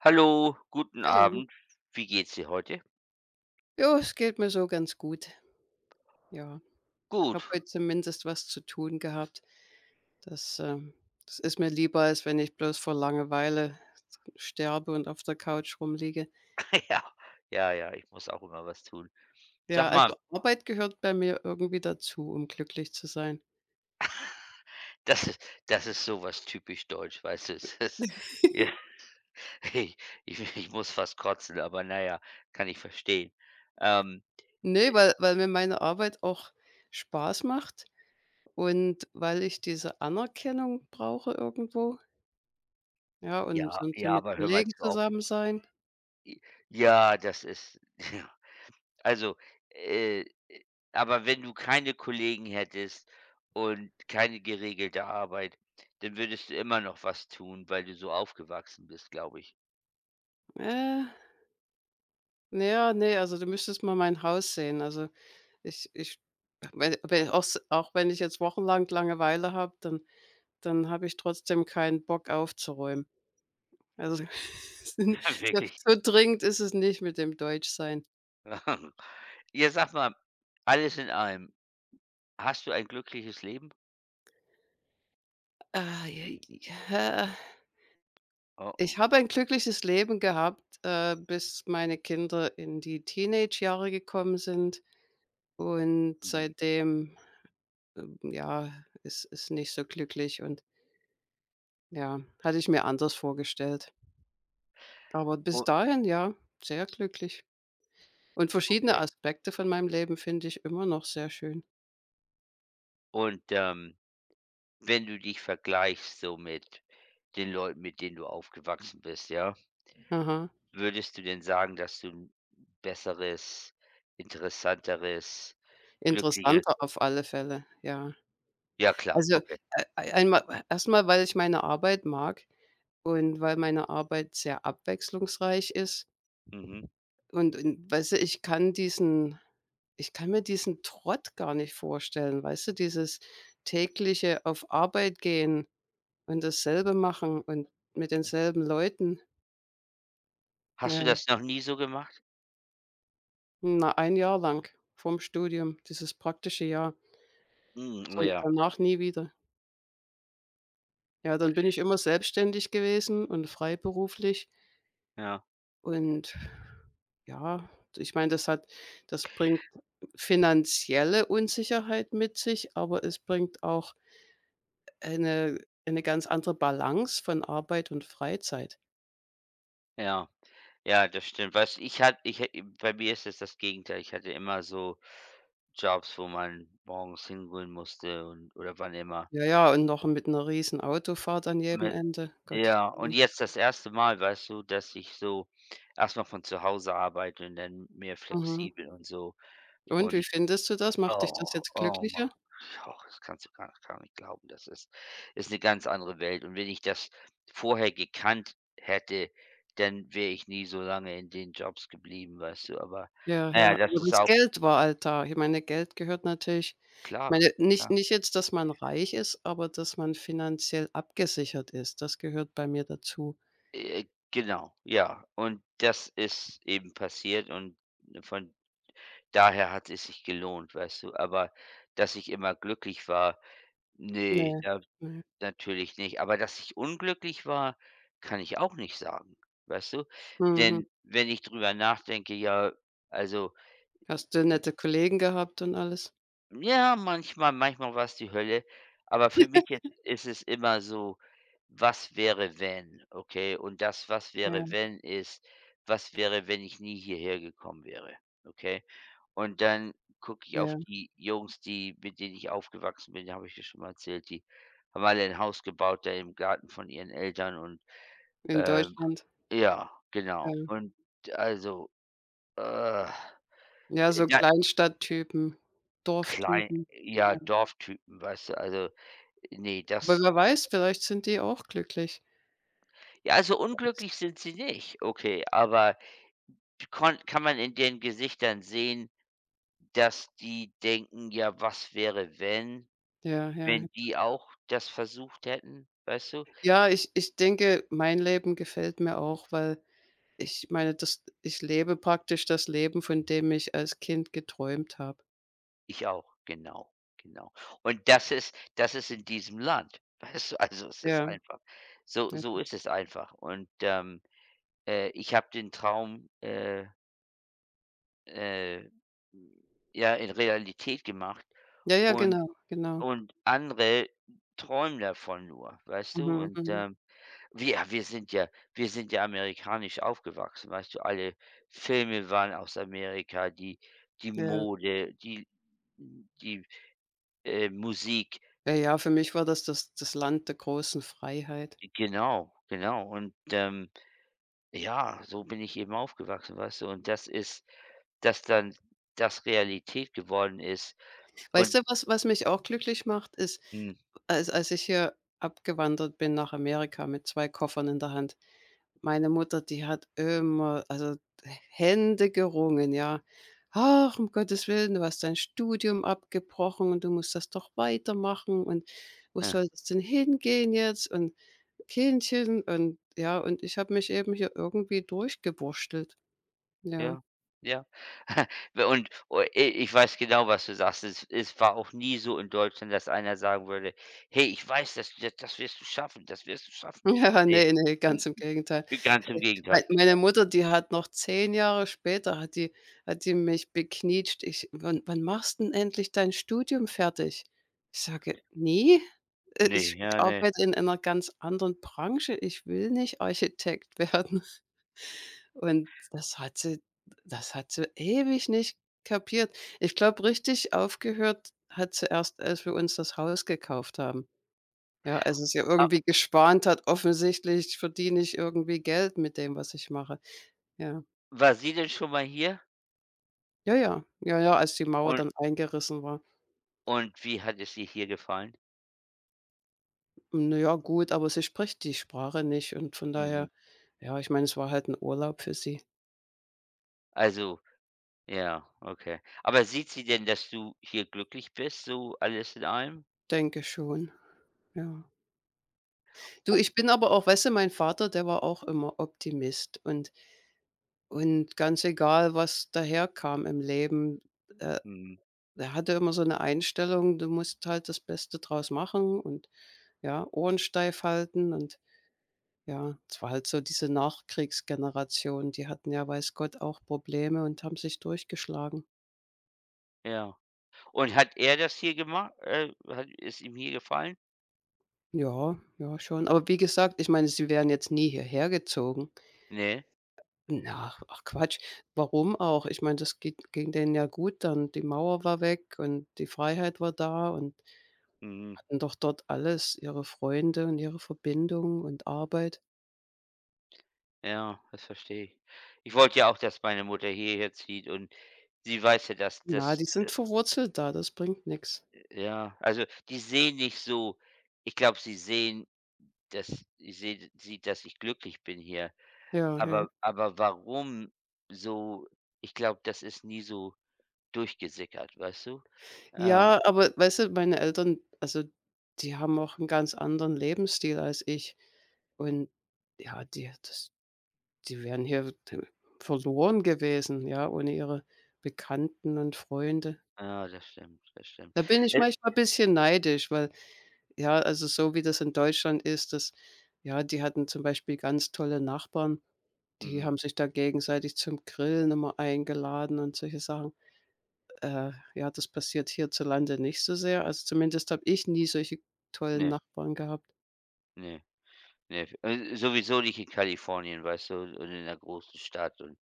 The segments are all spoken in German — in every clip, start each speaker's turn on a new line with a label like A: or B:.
A: Hallo, guten
B: Hallo.
A: Abend. Wie geht's dir heute?
B: Ja, es geht mir so ganz gut. Ja,
A: Gut.
B: habe heute zumindest was zu tun gehabt. Das, ähm das ist mir lieber, als wenn ich bloß vor Langeweile sterbe und auf der Couch rumliege.
A: Ja, ja, ja, ich muss auch immer was tun.
B: Ja,
A: Sag mal,
B: also Arbeit gehört bei mir irgendwie dazu, um glücklich zu sein.
A: das ist das ist so was typisch deutsch, weißt du? Es ist ja, ich ich muss fast kotzen, aber naja, kann ich verstehen. Ähm,
B: Ne,
A: äh,
B: weil mir meine Arbeit auch Spaß macht und weil ich diese Anerkennung brauche irgendwo, ja, und
A: ja,
B: und so
A: ja,
B: mit
A: aber hör mal
B: Kollegen
A: zu auf.
B: zusammen sein.
A: Ja, das ist also, äh aber wenn du keine Kollegen hättest und keine geregelte Arbeit, dann würdest du immer noch was tun, weil du so aufgewachsen bist, glaube ich.
B: Äh, na ja, ne, also du müsstest mal mein Haus sehen. Also. Ich ich wenn wenn auch s Auch wenn ich jetzt wochenlang Langeweile habe, dann habe ich trotzdem keinen Bock aufzuräumen. Also, so
A: Wirklich.
B: so dringend ist es nicht mit dem Deutschsein.
A: Ja, sag mal, alles in allem, hast du ein glückliches Leben?
B: Ah, j Ja.
A: Oh, oh.
B: Ich habe ein glückliches Leben gehabt, bis meine Kinder in die Teenage-Jahre gekommen sind und
A: Mhm.
B: seitdem, ja, ist nicht so glücklich und ja, hatte ich mir anders vorgestellt. Aber bis
A: O
B: dahin, ja, sehr glücklich. Und verschiedene
A: Okay.
B: Aspekte von meinem Leben finde ich immer noch sehr schön.
A: Und, wenn du dich vergleichst so mit den Leuten, mit denen du aufgewachsen bist, ja,
B: Aha.
A: würdest du denn sagen, dass du 'n besseres, interessanteres, glücklicheres,
B: Interessanter auf alle Fälle, ja.
A: ja klar,
B: Also,
A: okay.
B: einmal erstmal, weil ich meine Arbeit mag und weil meine Arbeit sehr abwechslungsreich ist
A: Mhm.
B: und weißt du, ich kann mir diesen Trott gar nicht vorstellen, weißt du, dieses tägliche auf Arbeit gehen und dasselbe machen und mit denselben Leuten.
A: Hast
B: Ja,
A: du das noch nie so gemacht?
B: na, ein Jahr lang vorm Studium, dieses praktische Jahr.
A: Hm, oh
B: So,
A: ja,
B: danach nie wieder. Ja, dann bin ich immer selbstständig gewesen und freiberuflich
A: ja,
B: und ja, ich meine, das bringt finanzielle Unsicherheit mit sich, aber es bringt auch eine eine ganz andere Balance von Arbeit und Freizeit.
A: ja. Ja, das stimmt. Weißt ich hatte ich ha Bei mir ist es das Gegenteil. Ich hatte immer so Jobs, wo man morgens hingehen musste, und oder wann immer.
B: Ja, ja, und noch mit 'ner riesen Autofahrt an jedem
A: Mit
B: Ende, Gottes
A: Ja, und
B: Willen.
A: jetzt das erste Mal, weißt du, dass ich so erstmal von zu Hause arbeite und dann mehr
B: Mhm.
A: flexibel und so.
B: Und
A: und
B: wie findest du das? Macht dich
A: Oh,
B: das jetzt
A: oh Mann.
B: glücklicher?
A: Oh, das kannst du gar nicht glauben. Das ist 'ne ganz andere Welt. Und wenn ich das vorher gekannt hätte, dann wäre ich nie so lange in den Jobs geblieben, weißt du? Aber
B: Ja, ja,
A: naja, das
B: aber
A: ist
B: das
A: auch
B: Geld war halt da. Ich meine, Geld gehört natürlich, ich
A: klar,
B: meine, nicht
A: ja.
B: nicht jetzt, dass man reich ist, aber dass man finanziell abgesichert ist. Das gehört bei mir dazu.
A: Äh, genau, ja. Und das ist eben passiert, und von daher hat es sich gelohnt, weißt du? Aber dass ich immer glücklich war, nee.
B: Ne,
A: Da
B: ne.
A: Natürlich nicht, aber dass ich unglücklich war, kann ich auch nicht sagen, weißt du?
B: Mhm.
A: Denn wenn ich drüber nachdenke, ja, also,
B: Hast du nette Kollegen gehabt und alles?
A: ja, manchmal, manchmal war es die Hölle, aber für mich jetzt ist es immer so: „Was wäre, wenn?" Okay, und das „Was
B: Ja,
A: wäre, wenn" ist: „Was wäre, wenn ich nie hierher gekommen wäre?" Okay? Und dann gucke ich auf
B: ja,
A: die Jungs, die, mit denen ich aufgewachsen bin, habe ich dir schon mal erzählt, die haben alle ein Haus gebaut da im Garten von ihren Eltern und
B: in
A: Ähm,
B: Deutschland.
A: ja,
B: Ja,
A: genau. Und also, äh,
B: ja, so
A: ja,
B: Kleinstadttypen,
A: klein,
B: Dorftypen.
A: ja,
B: Ja.
A: Dorftypen, weißt du, also, nee,
B: Aber
A: das
B: wer weiß, vielleicht sind die auch glücklich.
A: ja, also, unglücklich sind sie nicht, okay, aber kon kann man in den Gesichtern sehen, dass die denken: „Ja, was wäre, wenn
B: Ja, ja.
A: wenn die auch das versucht hätten?" Weißt du?
B: Ja, ich denke, mein Leben gefällt mir auch, weil, ich meine, das ich lebe praktisch das Leben, von dem ich als Kind geträumt habe.
A: Ich auch, genau, genau. Und das ist in diesem Land, weißt du? Also, es ist
B: Ja,
A: einfach so
B: ja.
A: so ist es einfach und, ich habe den Traum, äh, ja, in Realität gemacht
B: Ja, ja,
A: und
B: genau, genau.
A: andere träumen davon nur, weißt du?
B: Mhm,
A: Und,
B: mhm.
A: wir wir sind ja wir sind ja amerikanisch aufgewachsen, weißt du? Alle Filme waren aus Amerika, die
B: Ja.
A: Mode, die, Musik.
B: Ja, ja, für mich war das Land der großen Freiheit.
A: Genau, genau. Und, ja, so bin ich eben aufgewachsen, weißt du? Und dass dann das Realität geworden ist
B: Weißt
A: und
B: du, was mich auch glücklich macht, ist,
A: Mhm,
B: als ich hier abgewandert bin nach Amerika mit 2 Koffern in der Hand. Meine Mutter, die hat immer, also, Hände gerungen, ja. „Ach, um Gottes Willen, du hast dein Studium abgebrochen und du musst das doch weitermachen und wo
A: ja,
B: soll das denn hingehen jetzt und Kindchen.“ Und ja, und ich habe mich eben hier irgendwie durchgewurschtelt, ja.
A: ja, ja. Und u i Ich weiß genau, was du sagst. Es war auch nie so in Deutschland, dass einer sagen würde: „Hey, ich weiß, dass du das wirst du schaffen, das wirst du schaffen."
B: Ja,
A: Ne,
B: nee, nee,
A: hm,
B: ganz im Gegenteil.
A: ganz im Gegenteil.
B: Meine Mutter, die hat noch 10 Jahre später hat die mich beknietscht: „Ich wann wann machst 'n endlich dein Studium fertig?“ Ich sage: „Ne, äh,
A: Ne,
B: ich ich
A: ja, ne.
B: arbeite in einer ganz anderen Branche. Ich will nicht Architekt werden.“ Und das hat sie ewig nicht kapiert. Ich glaube, richtig aufgehört hat sie erst, als wir uns das Haus gekauft haben. Ja, also es ja
A: Ah,
B: irgendwie geschwant hat, offensichtlich verdiene ich irgendwie Geld mit dem, was ich mache. Ja.
A: war sie denn schon mal hier?
B: Ja, ja. Ja, ja, als die Mauer
A: Und
B: dann eingerissen war.
A: und wie hat es ihr hier gefallen?
B: Hm. Na ja, gut, aber sie spricht die Sprache nicht und von daher,
A: Mhm.
B: ja, ich meine, es war halt 'n Urlaub für sie,
A: Also, ja, okay. Aber sieht sie denn, dass du hier glücklich bist, so alles in allem?
B: denke schon, ja. Du,
A: O
B: ich bin aber auch, weißt du, mein Vater, der war auch immer Optimist und ganz egal, was daherkam im Leben, äh
A: Mhm,
B: Der hatte immer so eine Einstellung, du musst halt das Beste draus machen und ja, Ohren steif halten und ja, es war halt so diese Nachkriegsgeneration, die hatten ja weiß Gott auch Probleme und haben sich durchgeschlagen.
A: ja. Und hat er das hier gemacht? Hat es ihm hier gefallen?
B: Ja, ja schon. Aber wie gesagt, ich meine, sie wären jetzt nie hierher gezogen.
A: Ne?
B: Na, ach Quatsch, warum auch? Ich meine, das geht ging denen ja gut dann. Die Mauer war weg und die Freiheit war da und
A: Mhm.
B: hatten doch dort alles, ihre Freunde und ihre Verbindung und Arbeit.
A: Ja, das verstehe ich. Ich wollte ja auch, dass meine Mutter hierher zieht, und sie weiß ja, dass
B: Na, die sind verwurzelt da, das bringt nix.
A: ja, also, die sehen nicht so, ich glaube, sie sehen, dass sieht, dass ich glücklich bin hier.
B: Ja, ja.
A: Aber warum so, ich glaube, das ist nie so durchgesickert, weißt du? Ähm,
B: Ja, aber weißt du, meine Eltern, also, die haben auch 'n ganz anderen Lebensstil als ich und ja, die wären hier d verloren gewesen, ja, ohne ihre Bekannten und Freunde.
A: ja, das stimmt, das stimmt.
B: Da bin ich
A: Äh,
B: manchmal bisschen neidisch, weil, ja, also, so wie das in Deutschland ist, das, ja, die hatten zum Beispiel ganz tolle Nachbarn, die
A: mhm,
B: haben sich da gegenseitig zum Grillen immer eingeladen und solche Sachen. Ja, das passiert hierzulande nicht so sehr. Also, zumindest habe ich nie solche tollen
A: ne,
B: Nachbarn gehabt.
A: ne. Ne, sowieso nicht in Kalifornien, weißt du, und in 'ner großen Stadt, und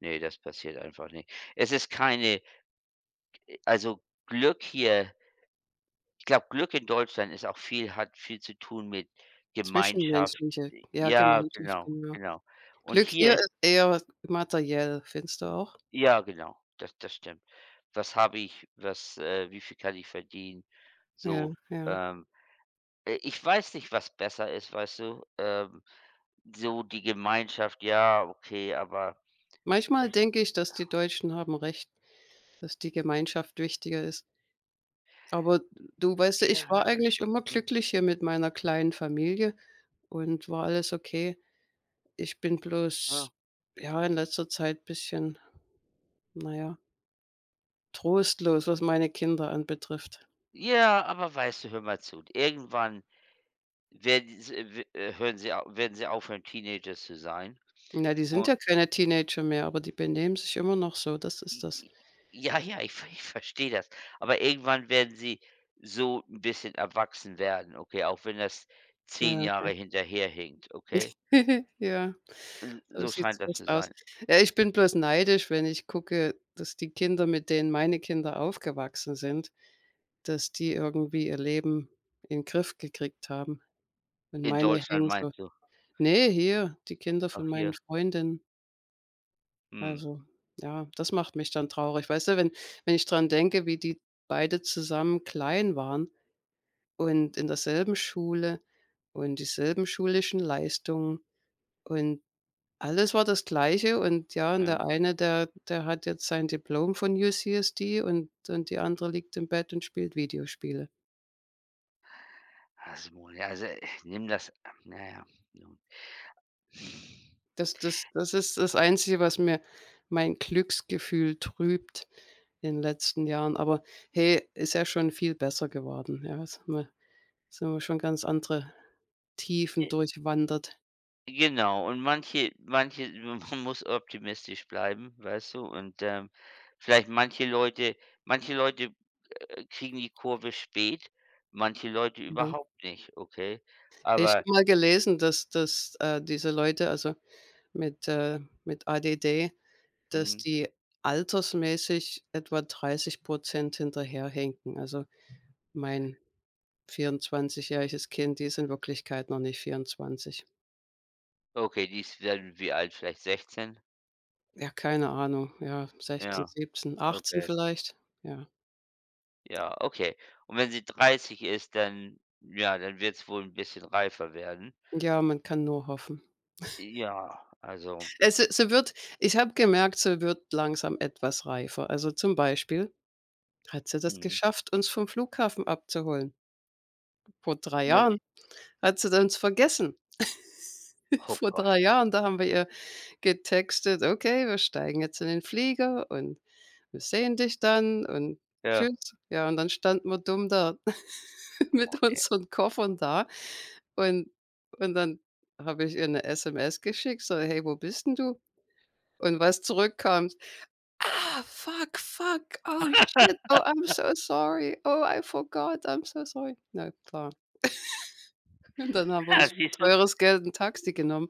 A: nee, das passiert einfach nicht. Es ist keine, also, Glück hier, ich glaube, Glück in Deutschland ist auch viel zu tun mit Gemeinschaft.
B: Zwischenmenschliche, ja,
A: Ja,
B: Gemeinschaft,
A: genau,
B: genau.
A: genau. Und
B: Glück hier
A: hier ist,
B: ist eher materiell, findest du auch?
A: ja, genau, das stimmt. Was habe ich, was, wie viel kann ich verdienen?
B: Ja,
A: So,
B: ja.
A: ähm, ich weiß nicht, was besser ist, weißt du? So die Gemeinschaft, ja, okay, aber
B: Manchmal denke ich, dass die Deutschen haben recht, dass die Gemeinschaft wichtiger ist. Aber, du, weißt du, ich
A: ja,
B: war
A: was soll ich
B: eigentlich immer
A: machen?
B: glücklich hier mit meiner kleinen Familie und war alles okay. Ich bin
A: Ja.
B: bloß, ja, in letzter Zeit bisschen, naja, trostlos, was meine Kinder anbetrifft.
A: Ja, aber weißt du, hör mal zu, irgendwann werden s w hören sie au werden sie aufhören, Teenager zu sein.
B: Na, die sind
A: Und
B: ja keine Teenager mehr, aber die benehmen sich immer noch so, das
A: i
B: ist das.
A: i Ja, ja, ich ver ich verstehe das. Aber irgendwann werden sie so ein bisschen erwachsen werden, okay, auch wenn das zehn
B: Ja, ja.
A: Jahre hinterherhinkt, okay?
B: Ja,
A: L
B: so
A: So
B: sieht's
A: scheint das zu
B: fast aus.
A: sein.
B: Ja, ich bin bloß neidisch, wenn ich gucke, dass die Kinder, mit denen meine Kinder aufgewachsen sind, dass die irgendwie ihr Leben in den Griff gekriegt haben. Und
A: In
B: meine
A: Deutschland
B: hängen so.
A: meinst du?
B: Ne, hier, die Kinder von
A: Auch
B: meinen
A: hier,
B: Freundinnen.
A: mhm,
B: Also, ja, das macht mich dann traurig. Weißt du, wenn ich dran denke, wie die beide zusammen klein waren und in derselben Schule und dieselben schulischen Leistungen und alles war das Gleiche, und ja, und
A: ja.
B: der eine, der hat jetzt sein Diplom von UCSD, und die andere liegt im Bett und spielt Videospiele.
A: Also, Simone, also, nimm das, naja, nun.
B: Das ist das Einzige, was mir mein Glücksgefühl trübt in den letzten Jahren. Aber hey, ist ja schon viel besser geworden, ja? Sind wir schon ganz andere Tiefen durchwandert.
A: Genau, und manche manche man muss optimistisch bleiben, weißt du? Und, vielleicht manche Leute, manche Leute, kriegen die Kurve spät, manche Leute
B: Ja.
A: überhaupt nicht, okay?
B: Ich habe
A: Aber
B: mal gelesen, dass diese Leute, also mit ADD, dass
A: mhm,
B: die altersmäßig etwa 30 hinterherhinken. Also, mein 24-jähriges Kind, die ist in Wirklichkeit noch nicht 24.
A: okay, die ist dann wie alt? Vielleicht 16?
B: Ja, keine Ahnung, ja, 16,
A: Ja,
B: 17, 18
A: okay.
B: vielleicht? Ja.
A: Ja, okay. Und wenn sie 30 ist, dann ja, dann wird es wohl ein bisschen reifer werden.
B: Ja, man kann nur hoffen.
A: Ja, also,
B: Es Sie wird, ich habe gemerkt, sie wird langsam etwas reifer. Also, zum Beispiel hat sie das
A: mhm.
B: geschafft, uns vom Flughafen abzuholen vor 3
A: Na, sie
B: Jahren. Hat sie uns vergessen.
A: oh
B: Vor
A: Gott,
B: 3 Jahren, da haben wir ihr getextet: „Okay, wir steigen jetzt in den Flieger und wir sehen dich dann und
A: ja,
B: tschüss.“ Ja, und dann standen wir dumm da mit unseren Koffern da und dann habe ich ihr 'ne SMS geschickt, so: „Hey, wo bist denn du?“ Und was zurückkam: „Ah, fuck, fuck, oh shit, oh, I'm so sorry, oh, I forgot, I'm so sorry.“ Na klar. Und dann haben wir uns für
A: siehst du?
B: teures Geld 'n Taxi genommen,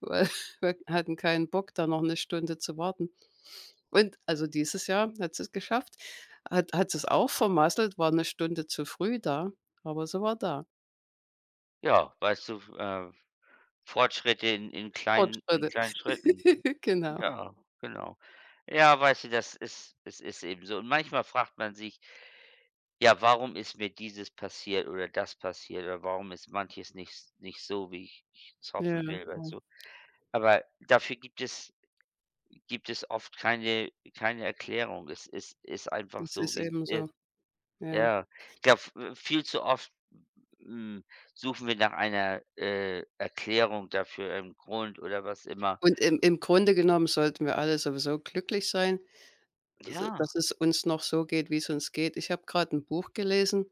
B: weil wir hatten keinen Bock, da noch 'ne Stunde zu warten. Und also, dieses Jahr hat sie's geschafft. Hat sie's auch vermasselt, war 'ne Stunde zu früh da, aber sie war da.
A: Ja, weißt du, Fortschritte in
B: Fortschritte.
A: kleinen Schritten.
B: Genau.
A: Ja, genau. Ja, weißt du, das ist es ist eben so. Und manchmal fragt man sich: „Ja, warum ist mir dieses passiert oder das passiert, oder warum ist manches nicht so, wie ich es
B: Ja,
A: hoffen
B: ja.
A: will", weißt du? Aber dafür gibt es oft keine Erklärung. Es ist einfach
B: Es
A: so,
B: ist
A: wie
B: eben
A: es
B: so,
A: ist.
B: ja.
A: Ja, ich glaube, viel zu oft, hm, suchen wir nach einer, Erklärung dafür, einem Grund oder was immer.
B: Und im Grunde genommen sollten wir alle sowieso glücklich sein, s
A: Ja.
B: dass es uns noch so geht, wie's uns geht. Ich habe grad 'n Buch gelesen,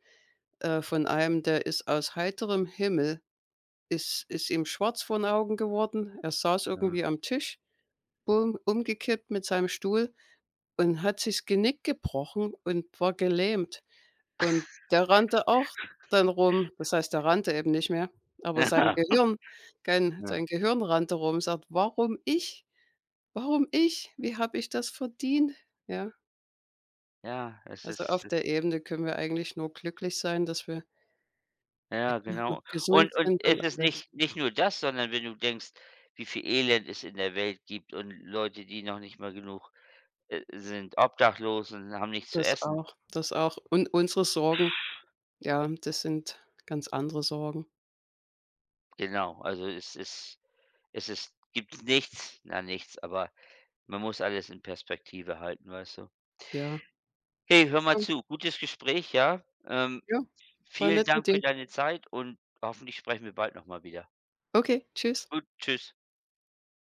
B: von einem, der ist aus heiterem Himmel. Ist ihm schwarz vor den Augen geworden. Er saß irgendwie am Tisch, um umgekippt mit seinem Stuhl und hat sich das Genick gebrochen und war gelähmt. Und der rannte auch dann rum. Das heißt, der rannte eben nicht mehr, aber sein
A: Ja,
B: Gehirn kein
A: ja,
B: sein Gehirn rannte rum, sagt: „Warum ich? Warum ich? Wie habe ich das verdient?“ Ja,
A: ja, es
B: also, auf
A: ist,
B: der Ebene können wir eigentlich nur glücklich sein, dass wir
A: ja,
B: noch
A: genau.
B: gesund
A: Und
B: sind und
A: es ist
B: alles.
A: nicht nur das, sondern wenn du denkst, wie viel Elend es in der Welt gibt und Leute, die noch nicht mal genug, sind obdachlos und haben nichts zu
B: Das
A: essen.
B: auch, das auch. Und unsere Sorgen, ja, das sind ganz andere Sorgen.
A: Genau, also es ist gibt nichts, na, nichts, aber man muss alles in Perspektive halten, weißt du?
B: Ja.
A: Hey, hör mal
B: Ja,
A: zu, gutes Gespräch, ja?
B: ja. War
A: Vielen
B: nett mit
A: Dank für
B: dir.
A: deine Zeit, und hoffentlich sprechen wir bald noch mal wieder.
B: Okay, tschüss.
A: Gut, tschüss.